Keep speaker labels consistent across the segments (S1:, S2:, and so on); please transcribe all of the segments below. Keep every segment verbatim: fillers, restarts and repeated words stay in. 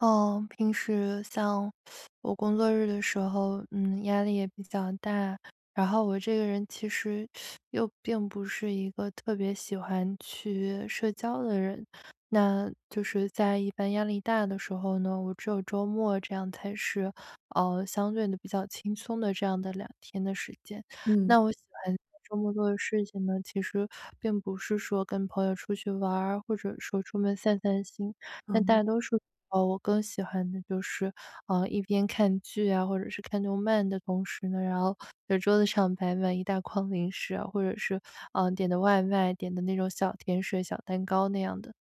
S1: 哦，平时像我工作日的时候，嗯，压力也比较大。然后我这个人其实又并不是一个特别喜欢去社交的人，那就是在一般压力大的时候呢，我只有周末这样才是，呃，相对的比较轻松的这样的两天的时间。
S2: 嗯。
S1: 那我喜欢在周末做的事情呢，其实并不是说跟朋友出去玩儿，或者说出门散散心，
S2: 啊。
S1: 但大多数时候我更喜欢的就是，呃，一边看剧啊，或者是看动漫的同时呢，然后在桌子上摆满一大筐零食啊，或者是，呃，点的外卖，点的那种小甜水、小蛋糕那样的。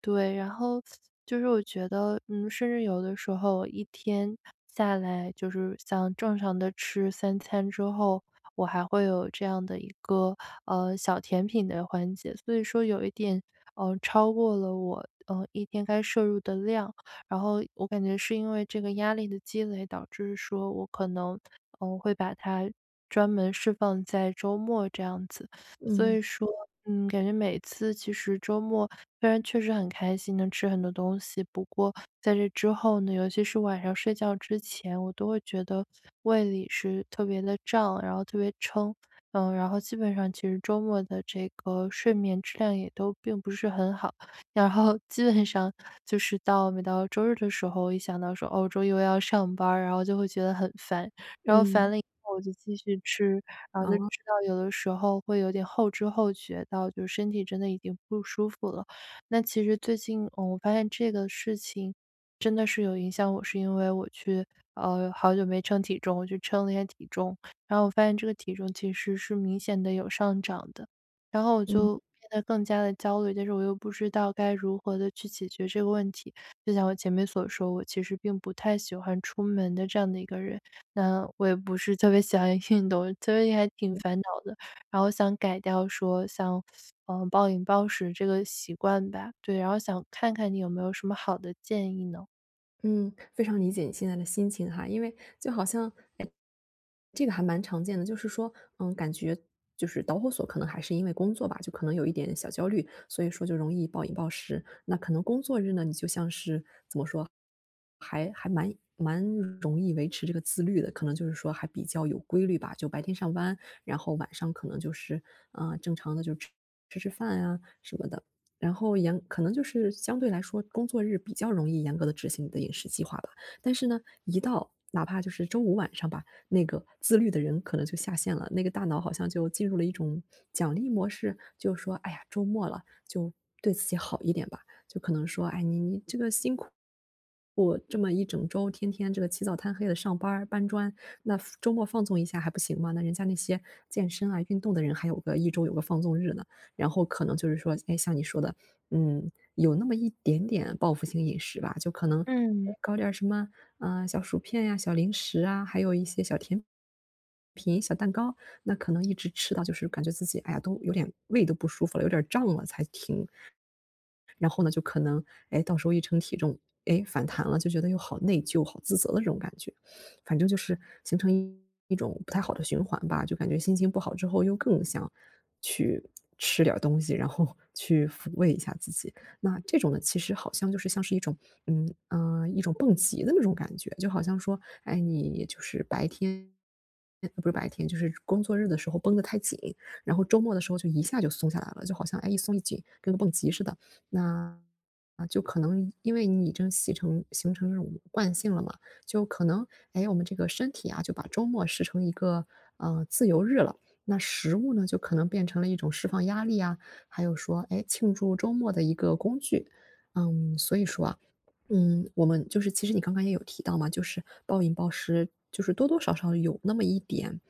S1: 对，然后就是我觉得，嗯，甚至有的时候我一天下来，就是像正常的吃三餐之后，我还会有这样的一个呃小甜品的环节，所以说有一点呃超过了我呃一天该摄入的量，然后我感觉是因为这个压力的积累，导致说我可能嗯、呃会把它专门释放在周末这样子。所
S2: 嗯。
S1: 以说，嗯，感觉每次其实周末虽然确实很开心，能吃很多东西，不过在这之后呢，尤其是晚上睡觉之前，我都会觉得胃里是特别的胀，然后特别撑，嗯，然后基本上其实周末的这个睡眠质量也都并不是很好，然后基本上就是到每到周日的时候，一想到说哦周一又要上班儿然后就会觉得很烦，然后烦
S2: 嗯。
S1: 了以后我就继续吃，然后就
S2: 哦。
S1: 知道有的时候会有点后知后觉到，就是身体真的已经不舒服了。那其实最近，嗯，我发现这个事情真的是有影响我，是因为我去呃好久没称体重，我去称了一下体重，然后我发现这个体重其实是明显的有上涨的，然后我
S2: 嗯。
S1: 就变得更加的焦虑，但是我又不知道该如何的去解决这个问题。就像我前面所说，我其实并不太喜欢出门的这样的一个人。那我也不是特别喜欢 运动，特别还挺
S2: 嗯。
S1: 烦恼的。然后想改掉说像，嗯，暴饮暴食这个习惯吧，对，然后想看看你有没有什么好的建议呢？
S2: 嗯。非常理解你现在的心情哈，因为就好像，哎，这个还蛮常见的。就是说，嗯，感觉就是导火索可能还是因为工作吧，就可能有一点小焦虑，所以说就容易暴饮暴食。那可能工作日呢，你就像是还还蛮蛮容易维持这个自律的，可能就是说还比较有规律吧，就白天上班，然后晚上可能就是啊，呃，正常的就吃吃吃饭啊什么的。然后严可能就是相对来说工作日比较容易严格的执行你的饮食计划吧，但是呢，一到哪怕就是周五晚上吧，那个自律的人可能就下线了，那个大脑好像就进入了一种奖励模式，就说："哎呀，周末了，就对自己好一点吧。"就可能说，哎，你你这个辛苦，我这么一整周天天这个起早贪黑的上班儿搬砖，那周末放纵一下还不行吗？那人家那些健身啊、运动的人还有个一周有个放纵日呢。然后可能就是说，哎，像你说的，嗯，有那么一点点报复性饮食吧，就可能哎
S1: 嗯，
S2: 搞点儿什么，嗯、小薯片呀、小零食啊，还有一些小甜品、小蛋糕，那可能一直吃到就是感觉自己哎呀都有点胃都不舒服了，有点胀了才停。然后呢，就可能，哎，到时候一称体重，哎，反弹了，就觉得又好内疚、好自责的这种感觉。反正就是形成一一种不太好的循环吧，就感觉心情不好之后又更想去吃点儿东西，然后 去抚慰一下自己。那这种呢，其实好像就是像是一种，嗯嗯，呃，一种蹦极的那种感觉，就好像说，哎，你就是白天呃不是白天，就是工作日的时候绷得太紧，然后周末的时候就一下就松下来了，就好像，哎，一松一紧，跟个蹦极似的。那啊，就可能因为你已经形成形成这种惯性了嘛，就可能，哎，我们这个身体啊，就把周末视成一个呃自由日了。那食物呢，就可能变成了一种释放压力啊，还有说，哎，庆祝周末的一个工具。嗯，所以说啊，嗯，我们就是其实你刚刚也有提到嘛，就是暴饮暴食，就是多多少少有那么一点，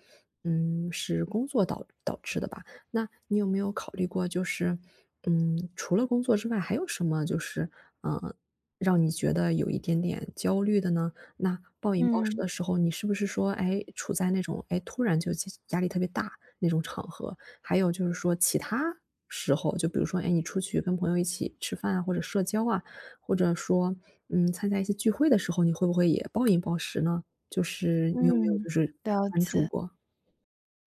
S2: 嗯，是工作导导致的吧。那你有没有考虑过，就是，嗯，除了工作之外，还有什么就是，嗯，让你觉得有一点点焦虑的呢？那暴饮嗯暴食
S1: 嗯，
S2: 的时候，你是不是说，哎，处在那种，哎，突然就精压力特别大那种场合？还有就是说其他时候，就比如说，哎，你出去跟朋友一起吃饭啊，或者社交啊，或者说，嗯，参加一些聚会的时候，你会不会也暴饮暴食呢？就是你有没有
S1: 嗯，
S2: 就是
S1: 了
S2: 关注
S1: 解。
S2: 过？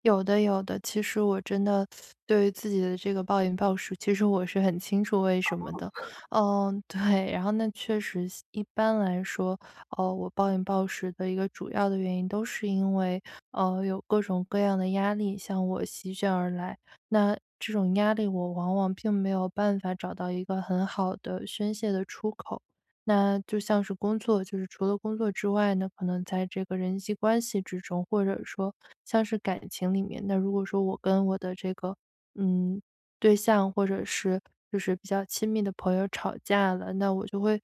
S1: 有的，有的。其实我真的对于自己的这个暴饮暴食，其实我是很清楚为什么的。嗯，对，然后那确实一般来说，呃，我暴饮暴食的一个主要的原因都是因为，呃，有各种各样的压力向我席卷而来。那这种压力我往往并没有办法找到一个很好的宣泄的出口。那就像是工作，就是除了工作之外呢，可能在这个人际关系之中，或者说像是感情里面，那如果说我跟我的这个嗯对象，或者是就是比较亲密的朋友吵架了，那我就会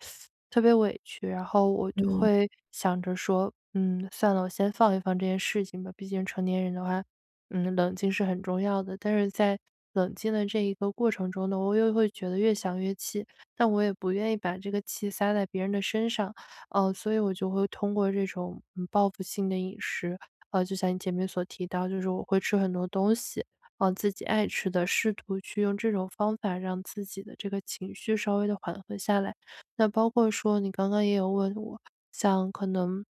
S1: 特别委屈，然后我就
S2: 嗯。
S1: 会想着说，嗯，算了，我先放一放这件事情吧，毕竟成年人的话，嗯，冷静是很重要的。但是在冷静的这一个过程中呢，我又会觉得越想越气，但我也不愿意把这个气撒在别人的身上，呃，所以我就会通过这种嗯报复性的饮食，呃，就像你前面所提到，就是我会吃很多东西，呃，自己爱吃的，试图去用这种方法让自己的这个情绪稍微的缓和下来。那包括说你刚刚也有问我，像可能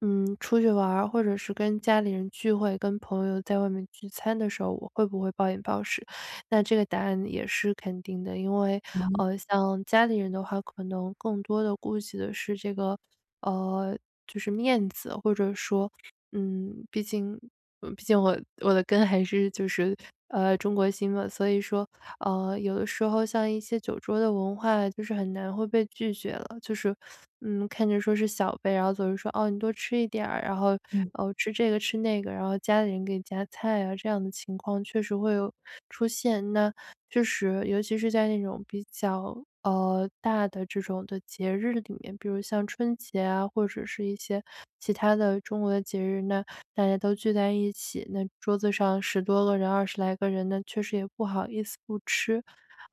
S1: 嗯，出去玩儿，或者是跟家里人聚会，跟朋友在外面聚餐的时候，我会不会暴饮暴食？那这个答案也是肯定的，因为，
S2: 哦。
S1: 呃，像家里人的话，可能更多的顾及的是这个，呃，就是面子，或者说，嗯，毕竟呃毕竟我我的根还是就是，呃，中国心嘛，所以说呃，有的时候像一些酒桌的文化，就是很难会被拒绝了。就是，嗯，看着说是小辈，然后总是说哦，你多吃一点儿，然后
S2: 嗯。
S1: 哦吃这个吃那个，然后家里人给你夹菜啊，这样的情况确实会有出现。那确实，尤其是在那种比较呃大的这种的节日里面，比如像春节啊，或者是一些其他的中国的节日，那大家都聚在一起，那桌子上十多个人、二十来个人，那确实也不好意思不吃。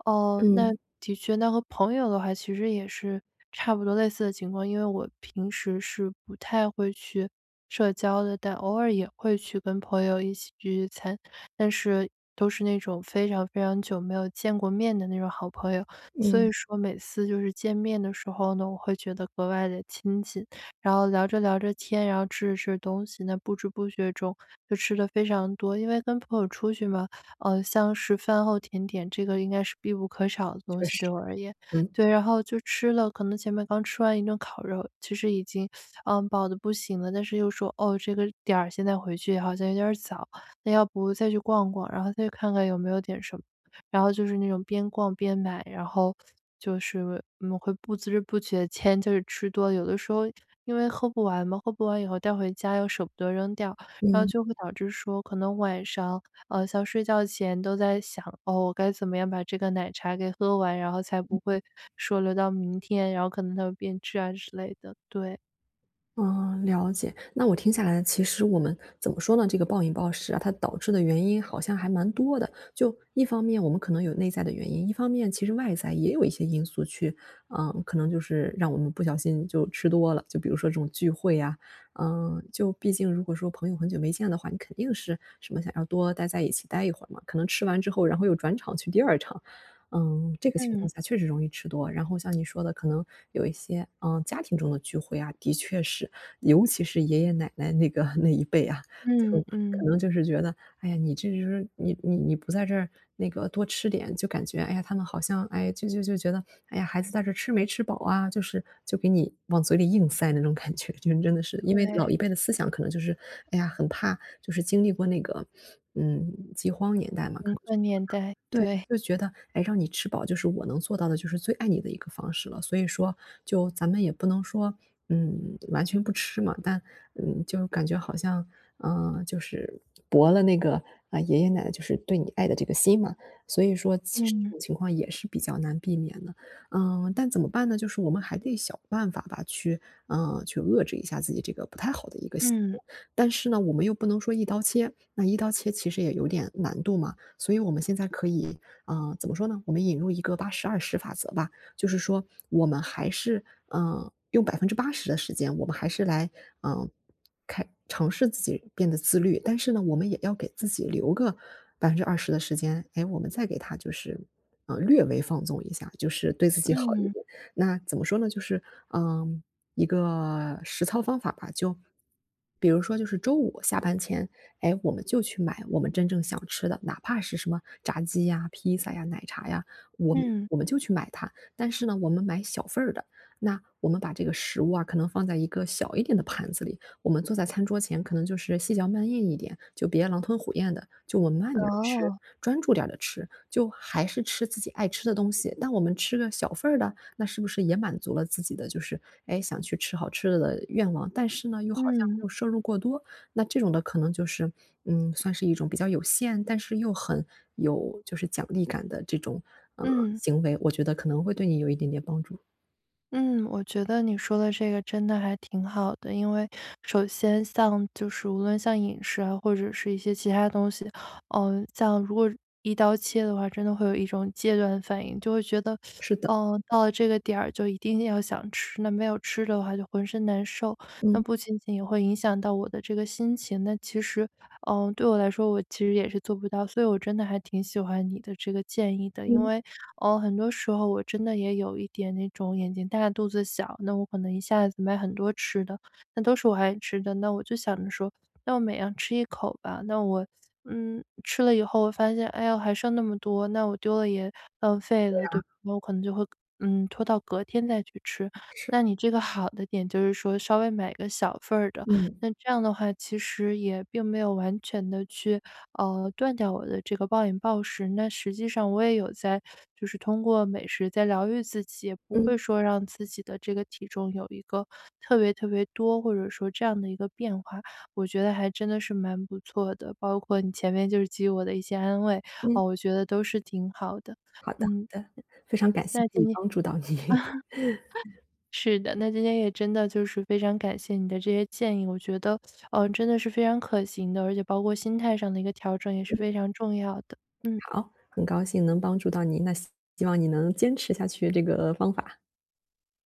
S1: 哦、那
S2: 嗯。
S1: 的确，那和朋友的话，其实也是差不多类似的情况，因为我平时是不太会去社交的，但偶尔也会去跟朋友一起聚聚餐。但是都是那种非常非常久没有见过面的那种好朋友，所以
S2: 嗯。
S1: 说每次就是见面的时候呢，我会觉得格外的亲近。然后聊着聊着天，然后吃着吃着东西，那不知不觉中就吃的非常多。因为跟朋友出去嘛，呃，像是饭后甜点，这个应该是必不可少的东
S2: 确
S1: 西
S2: 实。
S1: 对我而言。
S2: 嗯。
S1: 对，然后就吃了可能前面刚吃完一顿烤肉，其实已经，嗯，饱的不行了，但是又说：“哦，这个点儿现在回去好像有点儿早。”那要不再去逛逛，然后再去看看有没有点什么。然后就是那种边逛边买，然后就是嗯，会不知不觉间就是吃多了有的时候因为喝不完嘛，喝不完以后带回家又舍不得扔掉，然后
S2: 嗯。
S1: 就会导致说可能晚上，呃，像睡觉前都在想，哦，我该怎么样把这个奶茶给喝完，然后才不会说留到明天，然后可能它会变质啊之类的。对，
S2: 嗯。了解。那我听下来，其实我们怎么说呢？这个暴饮暴食啊，它导致的原因好像还蛮多的。就一方面我们可能有内在的原因，一方面其实外在也有一些因素去，嗯，可能就是让我们不小心就吃多了。就比如说这种聚会呀，嗯，就毕竟如果说朋友很久没见的话，你肯定是什么想要多待在一起待一会儿嘛，可能吃完之后，然后又转场去第二场，嗯，这个情
S1: 嗯，
S2: 况下确实容易吃多。然后像你说的，可能有一些，嗯，家庭中的聚会啊，的确是，尤其是爷爷奶奶那个 那一辈啊，就
S1: 嗯
S2: 可
S1: 嗯，
S2: 能就是觉得，哎呀，你这就是你你你不在这儿那个多吃点，就感觉，哎呀，他们好像，哎，就就就觉得，哎呀，孩子在这儿吃没吃饱啊，就是就给你往嘴里硬塞那种感觉，就是真的是，因为老
S1: 对，
S2: 一辈的思想可能就是，哎呀，很怕，就是经历过那个，嗯，饥荒年代嘛，
S1: 贫
S2: 可能
S1: 困年代，
S2: 对，
S1: 对，
S2: 就觉得，哎，让你吃饱就是我能做到的，就是最爱你的一个方式了。所以说，就咱们也不能说，嗯，完全不吃嘛，但，嗯，就感觉好像，嗯，就是驳了那个，啊，爷爷奶奶就是对你爱的这个心嘛。所以说其实这
S1: 嗯。
S2: 种情况也是比较难避免的。嗯，但怎么办呢？就是我们还得想办法吧，去，嗯，呃去遏制一下自己这个不太好的一个习
S1: 嗯
S2: 惯。但是呢，我们又不能说一刀切，那一刀切其实也有点难度嘛。所以我们现在可以，嗯，怎么说呢？我们引入一个八十二十法则吧，就是说我们还是，嗯，用百分之八十的时间，我们还是来，嗯，开尝试自己变得自律，但是呢，我们也要给自己留个百分之二十的时间，哎，我们再给他就是，嗯，略微放纵一下，就是对自己好一
S1: 嗯
S2: 点。那怎么说呢？就是，嗯，一个实操方法吧，就比如说就是周五下班前，哎，我们就去买我们真正想吃的，哪怕是什么炸鸡呀、披萨呀、奶茶呀，我们
S1: 嗯，
S2: 我们就去买它。但是呢，我们买小份儿的，那我们把这个食物啊，可能放在一个小一点的盘子里，我们坐在餐桌前，可能就是细嚼慢咽一点，就别狼吞虎咽的，就我们慢点儿吃，
S1: 哦，
S2: 专注点儿的吃，就还是吃自己爱吃的东西。但我们吃个小份儿的，那是不是也满足了自己的就是哎想去吃好吃的的愿望？但是呢，又好像没
S1: 嗯
S2: 有摄入过多。那这种的可能就是，嗯，算是一种比较有限，但是又很有就是奖励感的这种，呃，
S1: 嗯
S2: 行为，我觉得可能会对你有一点点帮助。
S1: 嗯，我觉得你说的这个真的还挺好的，因为首先像就是无论像饮食啊，或者是一些其他东西，嗯、像如果一刀切的话，真的会有一种戒断反应，就会觉得，
S2: 是的。
S1: 嗯、到了这个点儿就一定要想吃，那没有吃的话就浑身难受，那
S2: 嗯。
S1: 不仅仅也会影响到我的这个心情，那其实。嗯，对我来说，我其实也是做不到，所以我真的还挺喜欢你的这个建议的。因
S2: 嗯。
S1: 为，呃，很多时候我真的也有一点那种眼睛大肚子小，那我可能一下子买很多吃的，那都是我爱吃的，那我就想着说，那我每样吃一口吧，那我嗯，吃了以后我发现，哎呦，还剩那么多，那我丢了也浪费了，对吧？那我可能就会嗯，拖到隔天再去吃。
S2: 是。
S1: 那你这个好的点就是说稍微买个小份儿的，
S2: 嗯。
S1: 那这样的话，其实也并没有完全的去，呃，断掉我的这个暴饮暴食。那实际上我也有在就是通过美食在疗愈自己，也不
S2: 嗯。
S1: 会说让自己的这个体重有一个特别特别多，或者说这样的一个变化。我觉得还真的是蛮不错的，包括你前面就是给予我的一些安慰，
S2: 嗯。
S1: 哦，我觉得都是挺好的。
S2: 好的，好
S1: 嗯，
S2: 的，非常感谢
S1: 那
S2: 可
S1: 今
S2: 以
S1: 天
S2: 帮助到你。
S1: 是的，那今天也真的就是非常感谢你的这些建议，我觉得，嗯、真的是非常可行的，而且包括心态上的一个调整也是非常重要的。嗯。
S2: 好，很高兴能帮助到你，那希希望你能坚持下去这个方法。